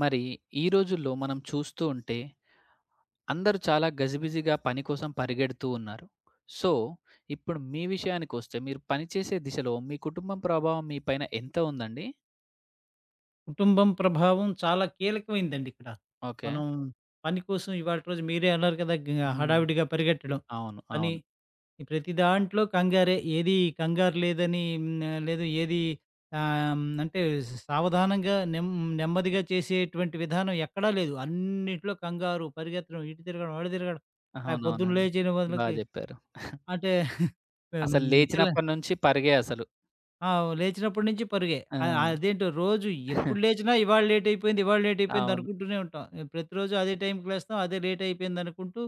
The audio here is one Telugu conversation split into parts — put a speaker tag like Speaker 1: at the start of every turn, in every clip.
Speaker 1: మరి ఈ రోజుల్లో మనం చూస్తూ ఉంటే అందరూ చాలా గజిబిజిగా పని కోసం పరిగెడుతూ ఉన్నారు. సో, ఇప్పుడు మీ విషయానికొస్తే మీరు పనిచేసే దిశలో మీ కుటుంబం ప్రభావం మీ పైన ఎంత ఉందండి?
Speaker 2: కుటుంబం ప్రభావం చాలా కీలకమైందండి ఇక్కడ.
Speaker 1: ఓకే.
Speaker 2: మనం పని కోసం ఇవాళటి రోజు మీరే అన్నారు కదా!
Speaker 1: హ్మ్.
Speaker 2: హడావిడిగా పరిగెట్టడం.
Speaker 1: అవును,
Speaker 2: పని
Speaker 1: అవును.
Speaker 2: ప్రతి దాంట్లో కంగారే. ఏది కంగారు లేదని హ్మ్, లేదు ఏది ఆహ్, హ్మ్, అంటే సావధానంగా నెమ్ నెమ్మదిగా చేసేటువంటి విధానం ఎక్కడా లేదు. అన్నిట్లో కంగారు, పరిగెత్తడం, ఇటు తిరగడం, అటు తిరగడం. పొద్దున్న
Speaker 1: అవునవునండి.
Speaker 2: లేచిన
Speaker 1: బా
Speaker 2: వాళ్ళకి
Speaker 1: జెప్పారు.
Speaker 2: అంటే హ్మ్,
Speaker 1: అసలు
Speaker 2: పిల్ల
Speaker 1: లేచినప్పటి నుంచి పరిగే అసలు.
Speaker 2: ఆ! లేచినప్పటి నుంచి పరుగే.
Speaker 1: ఆ!
Speaker 2: అదేంటో రోజు ఎప్పుడు లేచినా ఇవాళ లేట్ అయిపోయింది, ఇవాళ లేట్ అయిపోయింది
Speaker 1: అవును.
Speaker 2: అనుకుంటూనే ఉంటాం. ప్రతిరోజు అదే టైంకి లేస్తాం, అదే లేట్ అయిపోయింది అనుకుంటూ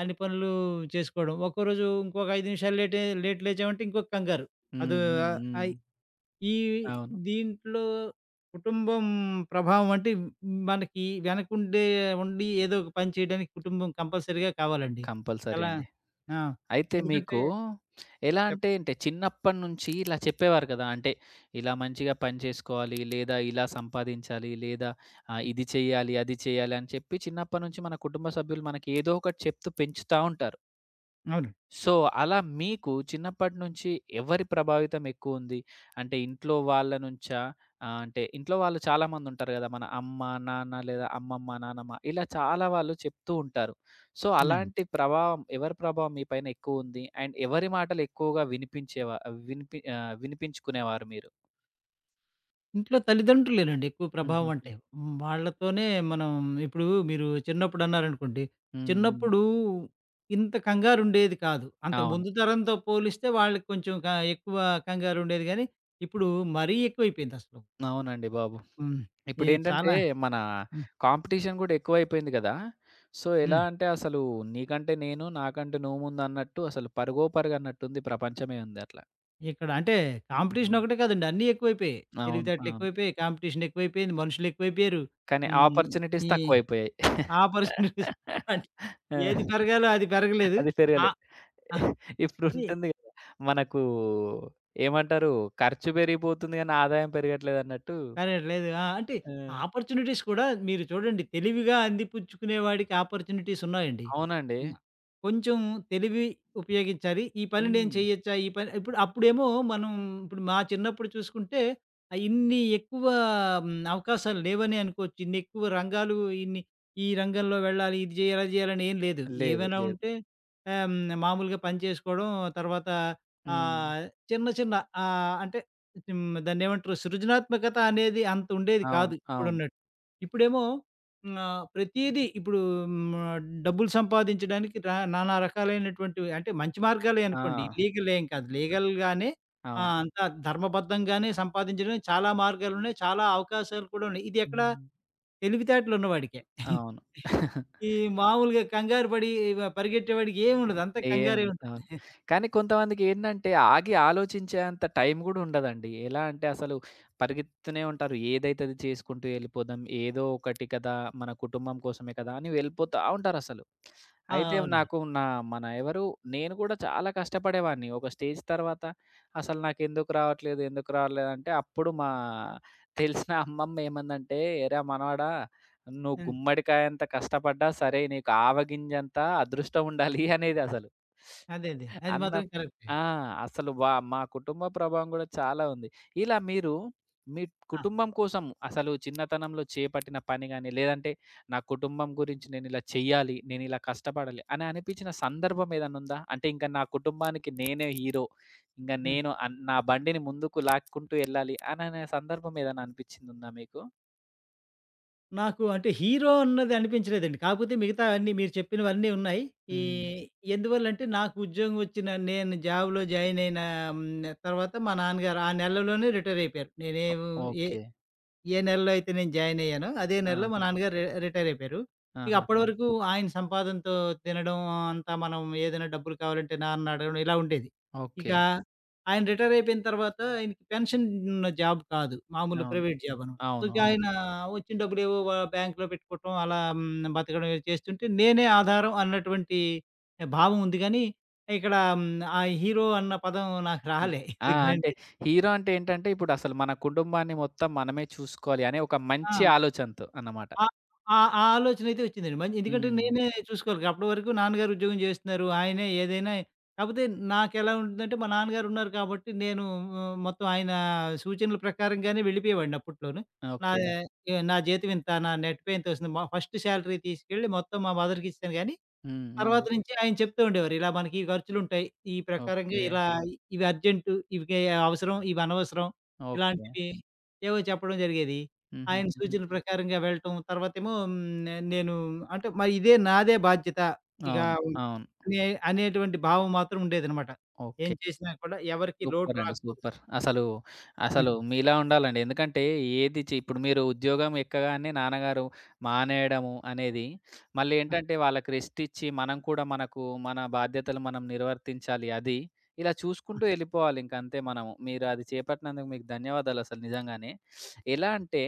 Speaker 2: అన్ని పనులు చేసుకోవడం. ఒక్కో రోజు ఇంకొక 5 నిమిషాలు లేటే లేట్ లేచామంటే ఇంకొక కంగారు. అదో
Speaker 1: హ్మ్, హ్మ్, హ్మ్.
Speaker 2: ఆహ్, ఈ
Speaker 1: అవును.
Speaker 2: దీంట్లో కుటుంబం ప్రభావం అంటే మనకి వెనకుండే ఉండి ఏదో ఒక పని చేయడానికి కుటుంబం కంపల్సరీగా కావాలండి.
Speaker 1: కంపల్సరీ
Speaker 2: ఎలా
Speaker 1: అండి.
Speaker 2: ఆ!
Speaker 1: అయితే
Speaker 2: ఎందుకంటే
Speaker 1: మీకు ఎలా
Speaker 2: చెప్
Speaker 1: అంటే, అంటే చిన్నప్పటినుంచి ఇలా చెప్పేవారు కదా! అంటే ఇలా మంచిగా పని చేసుకోవాలి, లేదా ఇలా సంపాదించాలి, లేదా ఇది చేయాలి, అది చేయాలి అని చెప్పి చిన్నప్పటినుంచి మన కుటుంబ సభ్యులు మనకి ఏదో ఒకటి చెప్తూ పెంచుతా ఉంటారు.
Speaker 2: అవును.
Speaker 1: సో, అలా మీకు చిన్నప్పటి నుంచి ఎవరి ప్రభావితం ఎక్కువుంది? అంటే ఇంట్లో వాళ్ళ నుంచా? అంటే ఇంట్లో వాళ్ళు చాలామందుంటారు గదా! మన అమ్మ, నాన్న లేదా అమ్మమ్మ, నానమ్మ ఇలా చాలా వాళ్ళు చెప్తూ ఉంటారు. సో,
Speaker 2: ఆ!
Speaker 1: అలాంటి ప్రభావం ఎవరి ప్రభావం మీ పైన ఎక్కువుంది? అండ్ ఎవరి మాటలు ఎక్కువగా వినిపించుకునేవారు మీరు?
Speaker 2: ఇంట్లో తల్లిదండ్రులేనండి ఎక్కువ ప్రభావం
Speaker 1: హుహుహు.
Speaker 2: అంటే. హ్మ్. వాళ్ళతోనే మనం ఇప్పుడు మీరు చిన్నప్పుడన్నారనుకోండి,
Speaker 1: హ్మ్, హ్మ్.
Speaker 2: చిన్నప్పుడు ఇంత కంగారుండేది కాదు. అంతకు
Speaker 1: అవును.
Speaker 2: ముందు తరంతో పోలిస్తే వాళ్ళకి కొంచెం క ఎక్కువ కంగారుండేది గానీ, ఇప్పుడు మరీ ఎక్కువైపోయిందసలు.
Speaker 1: అవునండి బాబు.
Speaker 2: హ్మ్. ఏ
Speaker 1: ఇప్పుడేంటంటే,
Speaker 2: చాలా
Speaker 1: మన
Speaker 2: హ్మ్.
Speaker 1: కాంపిటీషన్ గూడా ఎక్కువైపోయింది గదా! సో, ఎలా
Speaker 2: హ్మ్.
Speaker 1: అంటే అసలు నీకంటే నేను, నాకంటే నువ్వు ముందన్నట్టు అసలు పరుగో పరుగన్నట్టుంది ప్రపంచమే ఉంది అట్లా.
Speaker 2: ఇక్కడ అంటే కాంపిటీషన్
Speaker 1: హ్మ్.
Speaker 2: ఒకటే కాదండి. అన్నీ ఎక్కువైపోయాయి.
Speaker 1: అవును, అవును.
Speaker 2: తెలివితేటలెక్కువైపోయాయి, కాంపిటీషనెక్కువైపోయింది, మనుషులెక్కువైపోయారు.
Speaker 1: కానీ
Speaker 2: హ్మ్.
Speaker 1: ఆపర్చునిటీస్
Speaker 2: ఈ
Speaker 1: తక్కువైపోయాయి.
Speaker 2: ఆపర్చునిటీస్ అంటే
Speaker 1: ఆ!
Speaker 2: ఏది పెరగాలో అది పెరగలేదు.
Speaker 1: అది
Speaker 2: ఆ!
Speaker 1: పెరగలే.
Speaker 2: ఆ! ఈ
Speaker 1: ఇప్పుడుంటుంది గదా! మనకు ఏమంటారు? ఖర్చు పెరిగిపోతుంది గానీ ఆదాయం పెరగట్లేదన్నట్టు.
Speaker 2: కరెక్ట్. లేదు. ఆ! అంటే
Speaker 1: ఆ!
Speaker 2: ఆపర్చునిటీస్ కూడా మీరు చూడండి తెలివిగా అందిపుచ్చుకునేవాడికి ఆపర్చునిటీస్ ఉన్నాయండి.
Speaker 1: అవునండి.
Speaker 2: ఉన్న. కొంచెం తెలివి ఉపయోగించాలి. ఈ పని నేను
Speaker 1: హ్మ్.
Speaker 2: చేయొచ్చా? ఈ పని ఇప్పుడు అప్పుడేమో మనం ఇప్పుడు మా చిన్నప్పుడు చూసుకుంటే ఇన్ని ఎక్కువ అవకాశాలు లేవనే అనుకోవచ్చు. ఇన్ని ఎక్కువ రంగాలు ఇన్ని ఈ రంగంలో వెళ్ళాలి, ఇది చేయాలి, అది చేయాలని ఏం లేదు.
Speaker 1: లేదు,
Speaker 2: ఏవైనా
Speaker 1: లేదు.
Speaker 2: ఉంటే మామూలుగా పని చేసుకోవడం తర్వాత
Speaker 1: హ్మ్.
Speaker 2: ఆహ్, చిన్న చిన్న ఆహ్, అంటే హ్మ్. దాన్నేమంటారు సృజనాత్మకత అనేది అంత ఉండేది
Speaker 1: అవును,
Speaker 2: కాదు
Speaker 1: అవును.
Speaker 2: ఇప్పుడున్నట్టు. ఇప్పుడేమో ప్రతీదీ ఇప్పుడు హ్మ్, ఆహ్, డబ్బులు సంపాదించడానికి నానా రకాలైనటువంటివి అంటే మంచి మార్గాలే
Speaker 1: ఆ!
Speaker 2: అనుకోండి. ఇల్లీగల్ ఏం కాదు. లీగల్‌గానే ఆ!
Speaker 1: అవును.
Speaker 2: అంతా ధర్మబద్ధంగానే సంపాదించడానికి చాలా మార్గాలున్నాయి. చాలా అవకాశాలు కూడా ఉన్నాయి. ఇది ఎక్కడ
Speaker 1: హ్మ్.
Speaker 2: తెలివితేటలున్నవాడికే.
Speaker 1: అవును.
Speaker 2: ఈ మామూలుగా కంగారు పడి పరిగెట్టేవాడికి ఏముండదు. అంతా కంగారే
Speaker 1: ఏముండదు. అవును.
Speaker 2: ఉంటుంది.
Speaker 1: కానీ కొంతమందికేంటంటే ఆగి ఆలోచించేంత టైం గూడా ఉండదండి. ఎలా అంటే అసలు పరిగెత్తుతూనే ఉంటారు. ఏదైతది చేసుకుంటూ వెళ్ళిపోదాం. ఏదో ఒకటి కదా! మన కుటుంబం కోసమే కదా! అని వెళ్ళిపోతా ఉంటారసలు.
Speaker 2: ఆ!
Speaker 1: అయితే
Speaker 2: అవును.
Speaker 1: నాకు నా మన ఎవరు నేను కూడా చాలా కష్టపడేవాడిని. ఒక స్టేజ్ తర్వాత అసలు నాకెందుకు రావట్లేదు, ఎందుకు రావట్లేదంటే అప్పుడు మా తెలిసిన అమ్మమ్మ ఏమందంటే, "ఏరా మనవడా! నువ్వు
Speaker 2: హ్మ్.
Speaker 1: గుమ్మడికాయంత కష్టపడ్డా సరే నీకు ఆవగింజంత అదృష్టం ఉండాలి" అనేదసలు.
Speaker 2: అదే. అదే. అది
Speaker 1: అన్న
Speaker 2: మాత్రం కరెక్టే.
Speaker 1: ఆ! అసలు మా కుటుంబ ప్రభావం గూడా చాలా ఉంది. ఇలా మీరు మీ
Speaker 2: ఆ!
Speaker 1: కుటుంబం కోసం అసలు చిన్నతనంలో చేపట్టిన పని గాని, లేదంటే నా కుటుంబం గురించి నేనిలా చెయ్యాలి, నేనిలా కష్టపడాలి అని అనిపించిన సందర్భం ఏదన్నుందా? అంటే ఇంక నా కుటుంబానికి నేనే హీరో. ఇంగ
Speaker 2: హ్మ్.
Speaker 1: నేను నా బండిని ముందుకు లాక్కుంటూ యెళ్ళాలి అననే సందర్భం ఏదైనా అనిపిచ్చిందుందా మీకు?
Speaker 2: నాకు అంటే హీరో అన్నది అనిపించలేదండి. కాకపోతే మిగతావన్నీ మీరు చెప్పినవన్నీ ఉన్నాయి. ఈ
Speaker 1: హ్మ్.
Speaker 2: ఎందువల్లంటే నాకు ఉద్యోగం వచ్చిన నేను జాబ్‌లో జాయిన్ అయిన హ్మ్, తర్వాత మా నాన్నగారు ఆ నెలలోనే రిటైర్ అయిపోయారు. నేనేం ఏ
Speaker 1: ఓకే.
Speaker 2: ఏ నెలలో అయితే నేను జాయిన్ అయ్యానో, అదే నెలలో మా
Speaker 1: ఆహా!
Speaker 2: నాన్నగారు రిటైర్ అయిపోయారు. ఇక అప్పటి
Speaker 1: ఆహాహా!
Speaker 2: వరకు ఆయన సంపాదనతో తినడం అంతా మనం ఏదైనా డబ్బులు కావాలంటే నాన్నని అడగడం ఇలా ఉండేది. ఇక
Speaker 1: ఓకే.
Speaker 2: ఆయన రిటైర్ అయిపోయిన తర్వాత ఆయనకి పెన్షన్ ఉన్న జాబ్ కాదు. మామూలు
Speaker 1: అవును,
Speaker 2: ప్రైవేట్ జాబ్ అనమాట. సో
Speaker 1: అవును.
Speaker 2: ఇక
Speaker 1: అవును.
Speaker 2: ఆయన వచ్చిన డబ్బులేవో బ్యాంక్‌లో పెట్టుకోవటం అలా బతకడం ఏదో చేస్తుంటే నేనే ఆధారం అన్నటువంటి భావం ఉంది గానీ, ఇక్కడ ఆ హీరో అన్న పదం నాకు
Speaker 1: హ్మ్.
Speaker 2: రాలే.
Speaker 1: ఆ! అంటే
Speaker 2: ఎందుకంటే
Speaker 1: హీరో అంటే ఏంటంటే, ఇప్పుడసలు మన కుటుంబాన్ని మొత్తం మనమే చూసుకోవాలి అనే ఒక మంచి
Speaker 2: ఆ!
Speaker 1: ఆలోచనతో అన్నమాట.
Speaker 2: ఆ! ఆ ఆలోచనైతే వచ్చిందండి. మంచి ఎందుకంటే
Speaker 1: హ్మ్.
Speaker 2: నేనే చూసుకోవాలి. అప్పటి వరకు నాన్నగారు ఉద్యోగం చేస్తున్నారు. ఆయనే ఏదైనా కాకపోతే నాకెలా ఉంటుందంటే మా నాన్నగారు ఉన్నారు కాబట్టి నేను మొత్తం ఆయన సూచనల ప్రకారంగానే వెళ్ళిపోయేవాడిని అప్పట్లోను. నా
Speaker 1: ఓకే.
Speaker 2: నా జీతం ఇంత, నా నెట్ పే ఇంత వస్తుంది. మా ఫస్ట్ సాలరీ తీసుకెళ్ళి మొత్తం మా మదర్‌కిచ్చేసాను గానీ
Speaker 1: హ్మ్, హ్మ్.
Speaker 2: తర్వాత నుంచి ఆయన చెప్తూ ఉండేవారు. ఇలా మనకి ఖర్చులుంటాయి. ఈ ప్రకారంగా
Speaker 1: ఓకే.
Speaker 2: ఇలా ఇవి అర్జెంటు, ఇవి అవసరం, ఇవి అనవసరం.
Speaker 1: ఓకే.
Speaker 2: ఇలాంటివి ఏవో చెప్పడం జరిగేది. ఆయన
Speaker 1: హుహుహుహు.
Speaker 2: సూచన ప్రకారంగా వెళ్ళటం. తర్వాతేమో నేను అంటే మరి ఇదే నాదే బాధ్యత. ఇక
Speaker 1: అవును, అవును.
Speaker 2: అనే అనేటువంటి భావం మాత్రం ఉండేదనమాట. ఏం
Speaker 1: ఓకే.
Speaker 2: చేసినా కూడా ఎవరికీ లోటు
Speaker 1: సూపర్ అండి,
Speaker 2: రాకూడదు.
Speaker 1: సూపర్. అసలు,
Speaker 2: హ్మ్.
Speaker 1: అసలు మీలా ఉండాలండి. ఎందుకంటే ఏది చే ఇప్పుడు మీరు ఉద్యోగం ఎక్కగానే నాన్నగారు మానేయడము అనేది, మళ్ళీ ఏంటంటే వాళ్ళకి రెస్ట్ ఇచ్చి మనం కూడా మనకు మన బాధ్యతలు మనం నిర్వర్తించాలి అది. ఇలా
Speaker 2: ఆ!
Speaker 1: చూసుకుంటూ ఎళ్ళిపోవాలి ఇంక అంతే మనము. మీరు అది చేపట్టినందుకు మీకు ధన్యవాదాలు అసలు నిజంగానే. ఎలా అంటే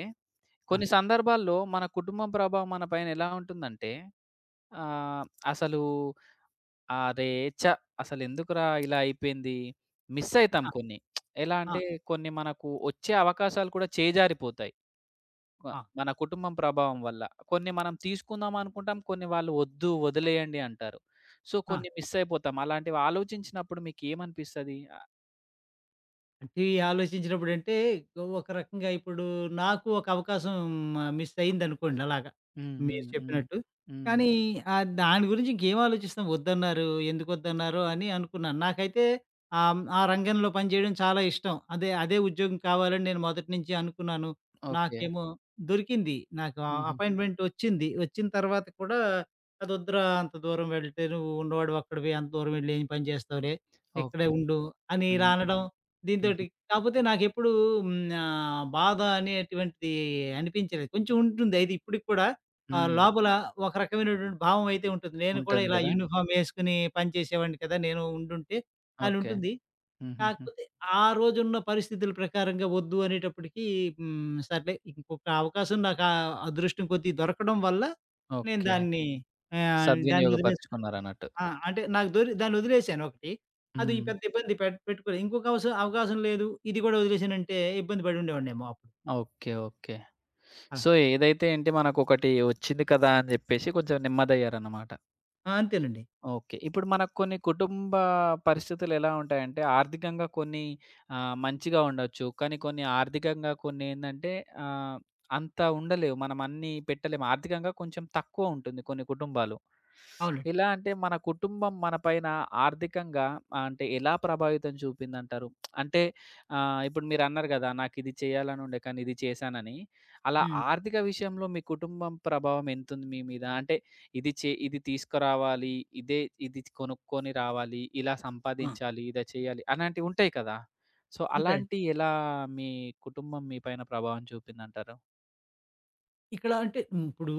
Speaker 1: కొన్ని సందర్భాల్లో మన కుటుంబం ప్రభావం మన పైన ఎలా ఉంటుందంటే ఆహ్, అసలు అరే! ఛ! అసలెందుకురా ఇలా అయిపోయింది. మిస్ అయితాం
Speaker 2: ఆ!
Speaker 1: కొన్ని. ఎలా
Speaker 2: ఆ!
Speaker 1: అంటే కొన్ని మనకు వచ్చే అవకాశాలు కూడా చేజారిపోతాయి. మ
Speaker 2: ఆ!
Speaker 1: మన కుటుంబం ప్రభావం వల్ల. కొన్ని మనం తీసుకుందాం అనుకుంటాం. కొన్ని వాళ్ళు వద్దు వదిలేయండి అంటారు. సో,
Speaker 2: ఆ!
Speaker 1: కొన్ని మిస్ అయిపోతాం. అలాంటివి ఆలోచించినప్పుడు మీకేమనిపిస్తది? ఆహ్?
Speaker 2: అంటే ఈ ఆలోచించినప్పుడంటే, ఒక రకంగా ఇప్పుడు నాకు ఒక అవకాశం మిస్ అయిందనుకోండి అలాగా.
Speaker 1: హ్మ్,
Speaker 2: మీరు
Speaker 1: హ్మ్, హ్మ్.
Speaker 2: చెప్పినట్టు.
Speaker 1: హ్మ్.
Speaker 2: కానీ దాని గురించి ఇంకేం ఆలోచిస్తాం. వద్దన్నారు, ఎందుకొద్దన్నారో అని అనుకున్నాను. నాకైతే ఆ రంగంలో పనిచేయడం చాలా ఇష్టం. అదే ఉద్యోగం కావాలని నేను మొదటి నుంచి అనుకున్నాను.
Speaker 1: ఓకే.
Speaker 2: నాకేమో దొరికింది. నాకు ఆ
Speaker 1: హుహు.
Speaker 2: అపాయింట్‌మెంట్ వచ్చింది. వచ్చిన తర్వాత కూడా అదొద్దురా అంత దూరం వెళ్తే నువ్వు ఉన్నవాడివి ఒక్కడివి అంత దూరం వెళ్లి ఏం పని చేస్తావులే, ఇక్కడే
Speaker 1: ఓకే.
Speaker 2: ఉండు అని ఇలా
Speaker 1: హ్మ్.
Speaker 2: అనడం దీంతోటి
Speaker 1: హుహు.
Speaker 2: కాపోతే నాకెప్పుడూ బాధ అనేటువంటిది అనిపించలేదు. కొంచెం ఉంటుంది. అయితే ఇప్పటికి కూడా
Speaker 1: హ్మ్.
Speaker 2: లోపల ఒక రకమైనటువంటి భావం అయితే ఉంటుంది. నేను కూడా
Speaker 1: ఉంటుంది
Speaker 2: ఇలా
Speaker 1: గదా!
Speaker 2: యూనిఫార్మ్ యేసుకుని పనిచేసేవాడిని కదా! నేను ఉండుంటే అని
Speaker 1: ఓకే.
Speaker 2: ఉంటుంది.
Speaker 1: హుహుహు.
Speaker 2: కాకపోతే ఆ రోజున్న పరిస్థితుల ప్రకారంగా వద్దు అనేటప్పటికి సర్లే ఇంకొక అవకాశం నాకు ఆ అదృష్టం కొద్దీ దొరకడం వల్ల నేను
Speaker 1: ఓకే.
Speaker 2: దాన్ని దాన్ని వదిలేసాను.
Speaker 1: సద్వినియోగపరుచుకున్నారన్నట్టు.
Speaker 2: ఆ! అంటే నాకు దాన్నొదిలేసాను ఒకటి. అది
Speaker 1: హ్మ్.
Speaker 2: పెద్ద ఇబ్బంది పెట్టుకోలేదు. ఇంకొక అవకాశం లేదు. ఇది గూడా వదిలేసానంటే ఇబ్బంది పడి ఉండేవాడినేమో అప్పుడు.
Speaker 1: Okay, okay.
Speaker 2: ఆ!
Speaker 1: సో, ఏదైతే ఏంటి మనకొకటి వచ్చింది కదా! అని జెప్పేసి కొంచెం నెమ్మదయ్యారన్నమాట.
Speaker 2: ఆ! అంతేనండి.
Speaker 1: ఓకే. ఇప్పుడు మనకు కొన్ని కుటుంబ పరిస్థితులు ఎలా ఉంటాయంటే, ఆర్థికంగా కొన్ని మంచిగా ఉండొచ్చు. కానీ కొన్ని ఆర్థికంగా కొన్ని ఏందంటే ఆహ్, అంత ఉండలేవు. మనం అన్నీ పెట్టలేము. ఆర్థికంగా కొంచెం తక్కువ ఉంటుంది కొన్ని కుటుంబాలు.
Speaker 2: అవునండి.
Speaker 1: ఎలా అంటే మన కుటుంబం మన పైన ఆర్థికంగా అంటే ఎలా ప్రభావితం చూపిందంటారు? అంటే ఇప్పుడు మీరన్నారు గదా! నాకిది చేయాలనుండే కానీ ఇది చేశానని. అలా
Speaker 2: హ్మ్.
Speaker 1: ఆర్థిక విషయంలో మీ కుటుంబం ప్రభావం ఎంతుంది మీ మీద? అంటే ఇది తీసుకురావాలి. ఇదే ఇది కొనుక్కొని రావాలి. ఇలా
Speaker 2: ఆ!
Speaker 1: సంపాదించాలి. ఇలా చేయాలి. అలాంటివి ఉంటాయి కదా! సో,
Speaker 2: ఉంటాయి.
Speaker 1: అలాంటియి ఎలా మీ కుటుంబం మీ పైన ప్రభావం చూపిందంటారు?
Speaker 2: ఇక్కడ అంటే ఇప్పుడు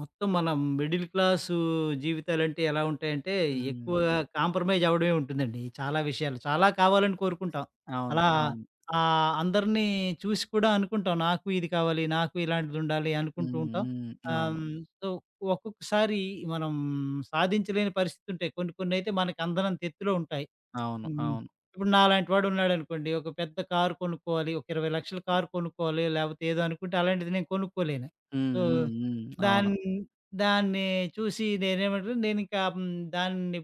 Speaker 2: మొత్తం మనం మిడిల్ క్లాసు జీవితాలంటే ఎలా ఉంటాయంటే,
Speaker 1: హ్మ్.
Speaker 2: ఎక్కువగా ఓకే. కాంప్రమైజ్ అవ్వడమే ఉంటుందండి. చాలా విషయాలు. చాలా కావాలని కోరుకుంటాం.
Speaker 1: అవును,
Speaker 2: అలా
Speaker 1: అవును.
Speaker 2: అందరిని చూసి కూడా అనుకుంటాం. నాకు ఇది కావాలి, నాకు ఇలాంటిదుండాలి
Speaker 1: హ్మ్,
Speaker 2: అనుకుంటూ ఉంటాం.
Speaker 1: హ్మ్.
Speaker 2: ఆహ్,
Speaker 1: అవును,
Speaker 2: హ్మ్. హ్మ్, సో, ఒక్కొక్కసారి మనం సాధించలేని పరిస్థితుంటాయి. కొన్ని కొన్నయితే మనకు అందనంత ఎత్తులో ఉంటాయి.
Speaker 1: అవును,
Speaker 2: హ్మ్.
Speaker 1: అవును.
Speaker 2: ఇప్పుడు నాలాంటి వాడున్నాడనుకోండి. ఒక పెద్ద కారు కొనుక్కోవాలి. ఒక 20,00,000 కారు కొనుక్కోవాలి. లేపోతే ఏదో అనుకుంటే అలాంటిది నేను కొనుక్కోలేను.
Speaker 1: హ్మ్,
Speaker 2: సో,
Speaker 1: హ్మ్,
Speaker 2: హ్మ్.
Speaker 1: హ్మ్. అవును.
Speaker 2: దాన్ దాన్ని చూసి నేనేమంటే నేనింకా దాన్ని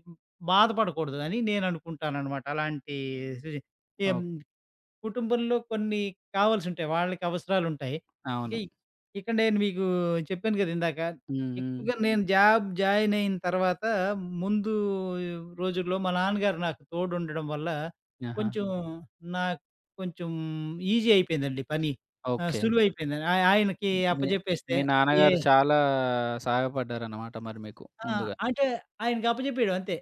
Speaker 2: బాధపడకూడదు అని నేననుకుంటాననమాట. అలాంటి సిచ్యు ఎం
Speaker 1: ఓహ్!
Speaker 2: కుటుంబంలో కొన్ని కావాల్సుంటాయి. వాళ్ళకి అవసరాలుంటాయి. ఇక
Speaker 1: అవును.
Speaker 2: ఇక్కడ నేను మీకు చెప్పాను గదా! ఇందాక.
Speaker 1: హ్మ్, హ్మ్.
Speaker 2: ఎక్కువగా నేను జాబ్ జాయిన్ అయిన తర్వాత ముందు రోజుల్లో మా నాన్నగారు నాకు తోడుండడం వల్ల
Speaker 1: ఆహా!
Speaker 2: కొంచెం నాకు కొంచెం ఈజీ అయిపోయిందండి పని.
Speaker 1: ఓకే.
Speaker 2: సులువైపోయిందని. ఆయనకి
Speaker 1: మీ
Speaker 2: అప్పజెప్పేస్తే
Speaker 1: మీ
Speaker 2: ఏ
Speaker 1: నాన్నగారు చాలా సహాయపడ్డారన్నమాట మరి మీకు
Speaker 2: ఆ!
Speaker 1: ముందుగా.
Speaker 2: అంటే ఆయనకి అప్పజెప్పేయడం అంతే.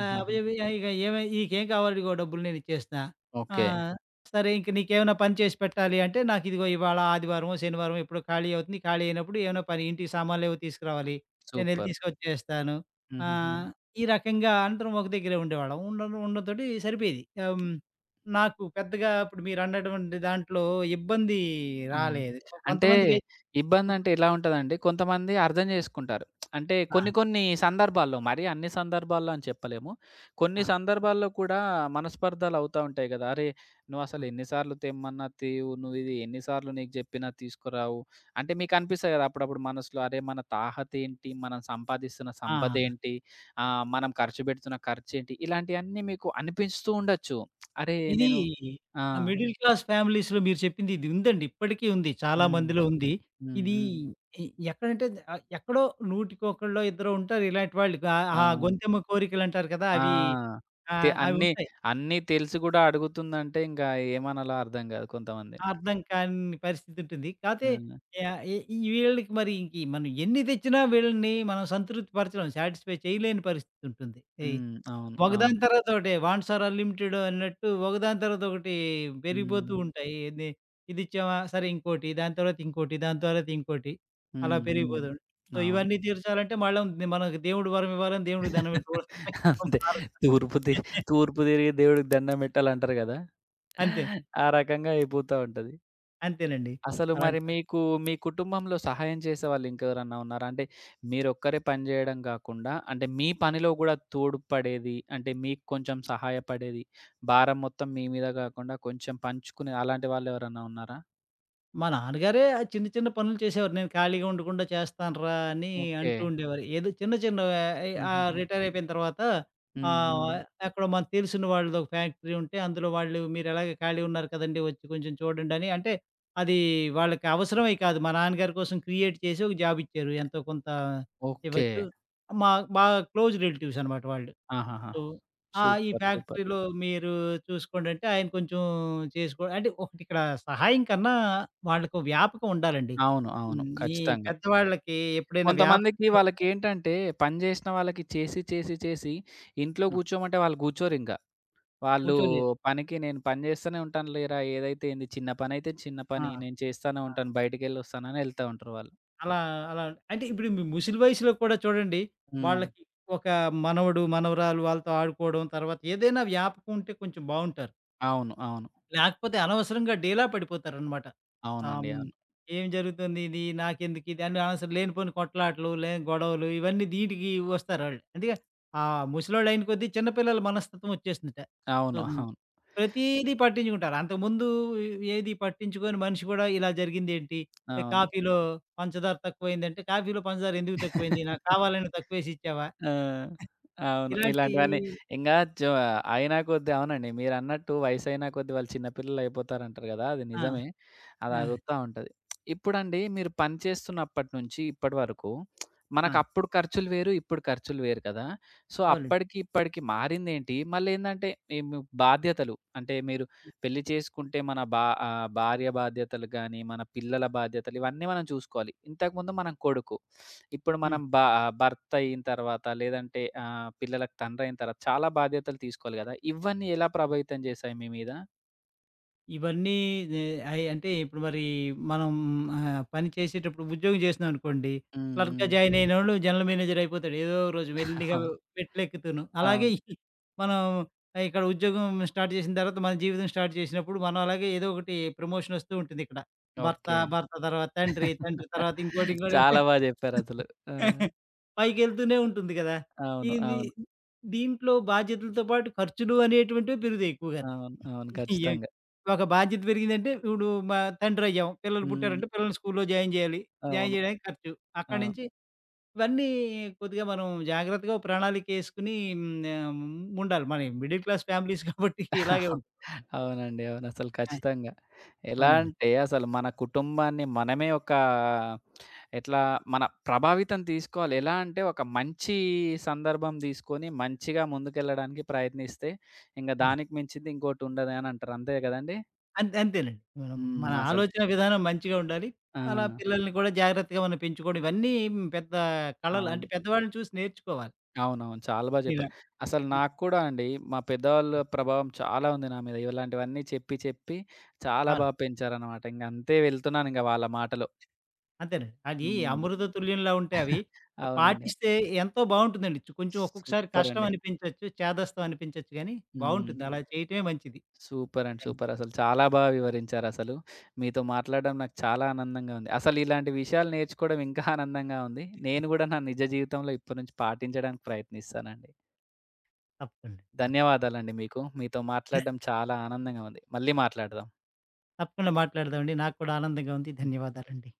Speaker 2: అప్పజెప్పి ఇక ఏమి "నీకేం కావాలో ఇదిగో డబ్బులు నేను ఇచ్చేస్తున్నా.
Speaker 1: ఓకే.
Speaker 2: ఆహ్, సరే ఇంక నీకేమైనా పని చేసి పెట్టాలి అంటే నాకిదిగో ఇవాళ ఆదివారమో, శనివారమో ఎప్పుడో ఖాళీ అవుతుంది. ఖాళీ అయినప్పుడు ఏమైనా పని ఇంటికి సామాన్లేవో తీసుకురావాలి. నేనెళ్ళి
Speaker 1: సూపర్.
Speaker 2: తీసుకొచ్చేస్తాను."
Speaker 1: హుహుహు.
Speaker 2: ఆహ్, ఈ రకంగా అందరం ఒక దగ్గరే ఉండేవాళ్ళం. ఉండడంతోటి సరిపోయేది. నాకు పెద్దగా ఇప్పుడు మీరన్నటువంటి దాంట్లో ఇబ్బంది
Speaker 1: హ్మ్.
Speaker 2: రాలేదు.
Speaker 1: అంటే
Speaker 2: కొంతమందికైతే
Speaker 1: ఇబ్బందంటే
Speaker 2: కుటుంబం
Speaker 1: ఎలా ఉంటదండి, కొంతమంది అర్థం జేసుకుంటారు. అంటే
Speaker 2: ఆ!
Speaker 1: కొన్ని కొన్ని సందర్భాల్లో, మరీ అన్ని సందర్భాల్లో అని చెప్పలేము. కొన్ని
Speaker 2: ఆ!
Speaker 1: సందర్భాల్లో కూడా మనస్పర్ధలవుతా ఉంటాయి గదా! అరే!
Speaker 2: ఆ!
Speaker 1: నువ్వసలు ఎన్ని సార్లు తెమ్మన్నా తేవు, నువ్విది ఎన్ని సార్లు నీకు జెప్పినా తీసుకురావు. అంటే మీకనిపిస్తాయి గదా! అప్పుడప్పుడు మనసులో అరే! మన తాహతేంటి? మనం సంపాదిస్తున్న
Speaker 2: ఆ!
Speaker 1: సంపదేంటి? మనం ఖర్చు బెడుతున్న ఖర్చేంటి? ఇలాంటియన్నీ మీకు అనిపిస్తూ ఉండొచ్చు. అరే!
Speaker 2: ఇది
Speaker 1: నేను ఆ!
Speaker 2: ఆ మిడిల్ క్లాస్ ఫ్యామిలీస్‌లో మీరు చెప్పింది ఇది ఉందండి. ఇప్పటికీ ఉంది. చాలా
Speaker 1: హ్మ్,
Speaker 2: మందిలో ఉంది.
Speaker 1: హ్మ్,
Speaker 2: ఇది
Speaker 1: హ్మ్.
Speaker 2: ఎ ఎక్కడంటే ఎక్కడో నూటికొకళ్ళో ఇద్దరో ఉంటారు ఇలాంటి వాళ్ళు. ఆ ఆ
Speaker 1: అవును.
Speaker 2: గొంతెమ్మ కోరికలంటారు కదా! అవి
Speaker 1: ఆ!
Speaker 2: ఆ! అవి
Speaker 1: అన్నీ,
Speaker 2: ఉంటాయి.
Speaker 1: అన్నీ తెలిసి గూడా అడుగుతుందంటే ఇంకా ఏమనాలో అర్థం గాదు కొంతమందిని.
Speaker 2: అర్థం కాని పరిస్థితి ఉంటుంది.
Speaker 1: ఆ!
Speaker 2: కాతే యాహ్! ఈ ఈ వీళ్ళకి మరి ఇంక మనం ఎన్ని తెచ్చినా వీళ్ళని మనం సంతృప్తి పరచలేం. సాటిస్ఫై చేయలేని పరిస్థితి ఉంటుంది. ఈ
Speaker 1: హ్మ్. అవును,
Speaker 2: ఒకదాని
Speaker 1: అవును.
Speaker 2: తర్వాత ఒకటి వాంట్స్ ఆర్ అన్‌లిమిటెడ్ అన్నట్టు ఒకదాని తర్వాత ఒకటి పెరిగిపోతూ
Speaker 1: హ్మ్,
Speaker 2: ఉంటాయి. ఇదిచ్చామా సరే ఇంకోటి, దాని తర్వాత ఇంకోటి, దాని తర్వాత ఇంకోటి అలా
Speaker 1: హ్మ్, హ్మ్.
Speaker 2: పెరిగిపోతూ ఉంటాయి. సో,
Speaker 1: అవును.
Speaker 2: ఇవన్నీ తీర్చాలంటే మళ్ళా మనకు దేవుడు వరం ఇవ్వాలని దేవుడికి దండం పెట్టుకోవడం ఇంకో
Speaker 1: అంతే.
Speaker 2: మార్గం.
Speaker 1: తూర్పు తి తూర్పు తిరిగి దేవుడికి దండం పెట్టాలంటారు గదా!
Speaker 2: అంతే.
Speaker 1: ఆ రకంగా అయిపోతా ఉంటది.
Speaker 2: అంతేనండి.
Speaker 1: అసలు మరి
Speaker 2: అలాంటి
Speaker 1: మీకు మీ కుటుంబంలో సహాయం చేసేవాళ్ళు ఇంకెవరన్నా ఉన్నారా? అంటే మీరొక్కరే పని జేయడం గాకుండా అంటే మీ పనిలో గూడా తోడ్పడేది, అంటే మీకు కొంచెం సహాయపడేది, భారం మొత్తం మీ మీద గాకుండా కొంచెం పంచుకునే అలాంటి వాళ్ళెవరన్నా ఉన్నారా?
Speaker 2: మా నాన్నగారే ఆ చిన్న చిన్న పనులు చేసేవారు. నేను ఖాళీగా ఉండకుండా చేస్తానురా అని
Speaker 1: ఓకే.
Speaker 2: అంటూ ఉండేవారు. ఏదో చిన్న చిన్నవే
Speaker 1: హుహుహు.
Speaker 2: రిటైర్ అయిపోయిన తర్వాత
Speaker 1: హ్మ్,
Speaker 2: ఆహ్,
Speaker 1: హ్మ్.
Speaker 2: ఎక్కడో మనకు తెలిసిన వాళ్ళది ఒక ఫ్యాక్టరీ ఉంటే అందులో వాళ్ళు మీరెలాగ ఖాళీ ఉన్నారు కదండీ! వచ్చి కొంచెం చూడండని అంటే అది వాళ్ళకి అవసరమయి కాదు. మా నాన్నగారి కోసం క్రియేట్ చేసి ఒక జాబ్ ఇచ్చారు. ఎంతో కొంత
Speaker 1: ఓకే.
Speaker 2: ఇవ్వచ్చు. మా మా క్లోజ్ రిలేటివ్స్ అనమాట వాళ్ళు.
Speaker 1: ఆహాహా!
Speaker 2: సో, ఆ! ఈ
Speaker 1: సూపర్, సూపర్.
Speaker 2: ఫ్యాక్టరీలో మీరు చూసుకోండంటే, ఆయన కొంచెం చేసుకో అంటే ఒకటి ఇక్కడ సహాయం కన్నా వాళ్ళకో వ్యాపకం ఉండాలండి.
Speaker 1: అవును, అవును,
Speaker 2: హ్మ్. ఈ
Speaker 1: ఖచ్చితంగా.
Speaker 2: పెద్దవాళ్ళకి ఎప్పుడైనా వ్యాపకం
Speaker 1: కొంతమందికి
Speaker 2: చే
Speaker 1: వాళ్ళకేంటంటే పని జేసిన వాళ్ళకి చేసి, చేసి, చేసి ఇంట్లో
Speaker 2: ఆ!
Speaker 1: గూర్చోమంటే వాళ్ళు గూర్చోరింక. వాళ్ళు
Speaker 2: కూర్చోలేరు.
Speaker 1: పనికి నేను పని చేస్తూనే ఉంటాను లేరా! ఏదైతే ఏంది చిన్న పనైతే చిన్న
Speaker 2: ఆ!
Speaker 1: పని. నేను చేస్తానే
Speaker 2: ఆ!
Speaker 1: ఉంటాను. బయటికెళ్ళొస్తానని వెళ్తా ఉంటారు వాళ్ళు.
Speaker 2: అలా అలా అంటే ఇప్పుడు ముసలి వయసులో కూడా చూడండి,
Speaker 1: హ్మ్.
Speaker 2: వాళ్ళకి ఒక మనవడు, మనవరాలు వాళ్ళతో ఆడుకోవడం, తర్వాత ఏదైనా వ్యాపకం ఉంటే కొంచెం బావుంటారు.
Speaker 1: అవును, అవును.
Speaker 2: లేకపోతే అనవసరంగా డీలా పడిపోతారనమాట. ఆహ్,
Speaker 1: అవునండి,
Speaker 2: హ్మ్.
Speaker 1: అవును.
Speaker 2: ఏం జరుగుతుంది ఇది? నాకెందుకు ఇది? అని అనవసరం లేనిపోని కొట్లాటలు, గొడవలు ఇవన్నీ దీటికి వస్తారాళ్ళు. అందుకే ఆ ముసలోళ్ళు అయిన కొద్దీ చిన్న పిల్లల మనస్తత్వం వచ్చేసిందట. సో,
Speaker 1: అవును, అవును.
Speaker 2: ప్రతీదీ పట్టించుకుంటారు. అంతకుముందు ఏది పట్టించుకోని మనిషి కూడా ఇలా జరిగిందేంటి? ఏ
Speaker 1: అవును.
Speaker 2: కాఫీలో పంచదార తక్కువైందంటే, కాఫీలో పంచదార ఎందుకు తక్కువైంది? నాకు కావాలని తక్కువేసి ఇచ్చావా?
Speaker 1: ఆ! అవును.
Speaker 2: ఇలాంటి
Speaker 1: ఇలాంటివన్నీ ఇంగా జో అయినా కొద్దీ అవునండి. మీరన్నట్టు వయసయినా కొద్దీ వాళ్ళు చిన్న పిల్లలయిపోతారంటారు గదా! అది
Speaker 2: ఆ!
Speaker 1: నిజమే. అది
Speaker 2: ఆ!
Speaker 1: అగుతా ఉంటది. ఇప్పుడండి మీరు పని చేస్తున్నప్పటి నుంచి ఇప్పటి వరకు
Speaker 2: ఆ!
Speaker 1: మనకప్పుడు ఖర్చులు వేరు, ఇప్పుడు ఖర్చులు వేరు కదా! సో,
Speaker 2: అవునండి.
Speaker 1: అప్పటికి ఇప్పటికి మారిందేంటి? మళ్ళేందంటే మేము బాధ్యతలు అంటే మీరు
Speaker 2: హ్మ్.
Speaker 1: పెళ్లి చేసుకుంటే మన భార్య బాధ్యతలు గాని, మన పిల్లల బాధ్యతలు ఇవన్నీ మనం చూసుకోవాలి. ఇంతకుముందు మనం కొడుకు. ఇప్పుడు
Speaker 2: హ్మ్.
Speaker 1: మనం భర్త అయిన తర్వాత లేదంటే పిల్లలకు తండ్రయిన తర్వాత చాలా బాధ్యతలు తీసుకోవాలి గదా! ఇవన్నీ ఎలా ప్రభావితం చేశాయి మీ మీద?
Speaker 2: ఇవన్నీ నే అయి అంటే ఇప్పుడు మరి మనం పని చేసేటప్పుడు ఉద్యోగం చేస్తున్నామనుకోండి,
Speaker 1: హ్మ్,
Speaker 2: క్లర్క్‌గా
Speaker 1: హ్మ్.
Speaker 2: జాయిన్ అయినోళ్ళు జనరల్ మేనేజర్ అయిపోతాడు. ఏదో ఒక రోజు మెల్లిగా
Speaker 1: అవును,
Speaker 2: మెట్లెక్కుతూను.
Speaker 1: అవును.
Speaker 2: మనం ఇక్కడ ఉద్యోగం స్టార్ట్ చేసిన తర్వాత మన జీవితం స్టార్ట్ చేసినప్పుడు మనం అలాగే ఏదో ఒకటి ప్రమోషన్ వస్తూ ఉంటుంది ఇక్కడ. భర్త,
Speaker 1: ఓకే.
Speaker 2: భర్త తర్వాత తండ్రి, తండ్రి తర్వాత ఇంకోటి, ఇంకోటి
Speaker 1: చాలా బా చెప్పారసలు. ఆ!
Speaker 2: పైకెళ్తూనే ఉంటుంది కదా!
Speaker 1: అవును,
Speaker 2: ఇది
Speaker 1: అవును.
Speaker 2: దీంట్లో బాధ్యతలతో పాటు ఖర్చులు అనేటువంటివి పెరుగుతాయి ఎక్కువగాను.
Speaker 1: అవును, అవును,
Speaker 2: ఏ
Speaker 1: ఖచ్చితంగా.
Speaker 2: ఒక బాధ్యత పెరిగిందంటే, ఇప్పుడు మా తండ్రయ్యాం. పిల్లలు
Speaker 1: హ్మ్.
Speaker 2: పుట్టారంటే, పిల్లల్ని స్కూల్‌లో జాయిన్ జేయాలి. జాయిన్
Speaker 1: అవును,
Speaker 2: జేయడానికి ఖర్చు. అక్కడి
Speaker 1: అవును.
Speaker 2: నుంచి ఇవన్నీ కొద్దిగా మనం జాగ్రత్తగా ప్రణాళికేసుకొని ఆహ్, ఉండాలి. మనయి మిడిల్ క్లాస్ ఫ్యామిలీస్ కాబట్టి ఇలాగే ఉంటుంది.
Speaker 1: అవునండి, అవును, అసలు
Speaker 2: ఆ!
Speaker 1: ఖచ్చితంగా. ఎలా
Speaker 2: అవునండి.
Speaker 1: అంటే అసలు మన కుటుంబాన్ని మనమే ఒక ఎట్లా మన ప్రభావితం తీసుకోవాలి. ఎలా అంటే ఒక మంచి సందర్భం తీసుకొని మంచిగా ముందుకెళ్ళడానికి ప్రయత్నిస్తే ఇంక
Speaker 2: ఆ!
Speaker 1: దానికి మించింది ఇంకోటుండదు అని అంటారు. అంతే గదండీ!
Speaker 2: అంతేనండి. మనం మన
Speaker 1: హ్మ్. అసలు
Speaker 2: ఆలోచన విధానం మంచిగా ఉండాలి.
Speaker 1: ఆ!
Speaker 2: అలా పిల్లల్ని కూడా జాగ్రత్తగా మనం పెంచుకోవడం ఇవన్నీ పెద్ద కళలు.
Speaker 1: అవును.
Speaker 2: అంటే పెద్దవాళ్ళని చూసి నేర్చుకోవాలి.
Speaker 1: అవునవును. చాలా బా
Speaker 2: ఇలా.
Speaker 1: జెప్పారు. అసలు
Speaker 2: ఆ!
Speaker 1: నాకు కూడా అండి మా పెద్దవాళ్ళ ప్రభావం చాలా ఉంది నా మీద. ఇలాంటివన్నీ చెప్పి చెప్పి చాలా బా
Speaker 2: అవును.
Speaker 1: పెంచారనమాట. ఇంక అంతే వెళ్తున్నానింక వాళ్ళ మాటలో.
Speaker 2: అంతేనండి. అది
Speaker 1: హ్మ్.
Speaker 2: అమృత తుల్యంలా ఉంటాయి అవి.
Speaker 1: అవునండి.
Speaker 2: పాటిస్తే ఎంతో బావుంటుందండి. కొంచెం ఒక్కొక్కసారి
Speaker 1: సూపర్
Speaker 2: కష్టం
Speaker 1: అండి.
Speaker 2: అనిపించొచ్చు, చేదస్తం అనిపించొచ్చు గానీ
Speaker 1: హ్మ్.
Speaker 2: బావుంటుంది. అలా చేయటమే మంచిది.
Speaker 1: సూపర్ అండి,
Speaker 2: థాంక్స్.
Speaker 1: సూపర్. అసలు చాలా బాగా వివరించారసలు. మీతో మాట్లాడడం నాకు చాలా ఆనందంగా ఉంది. అసలు ఇలాంటి విషయాలు నేర్చుకోవడం ఇంకా ఆనందంగా ఉంది. నేను గూడా నా నిజ జీవితంలో ఇప్పటి నుంచి పాటించడానికి ప్రయత్నిస్తానండి.
Speaker 2: తప్పకుండా.
Speaker 1: ధన్యవాదాలండి మీకు. మీతో
Speaker 2: న
Speaker 1: మాట్లాడడం చాలా ఆనందంగా ఉంది. మళ్ళీ మాట్లాడదాం.
Speaker 2: తప్పకుండా మాట్లాడదామండి. నాకు కూడా ఆనందంగా ఉంది. ధన్యవాదాలండి.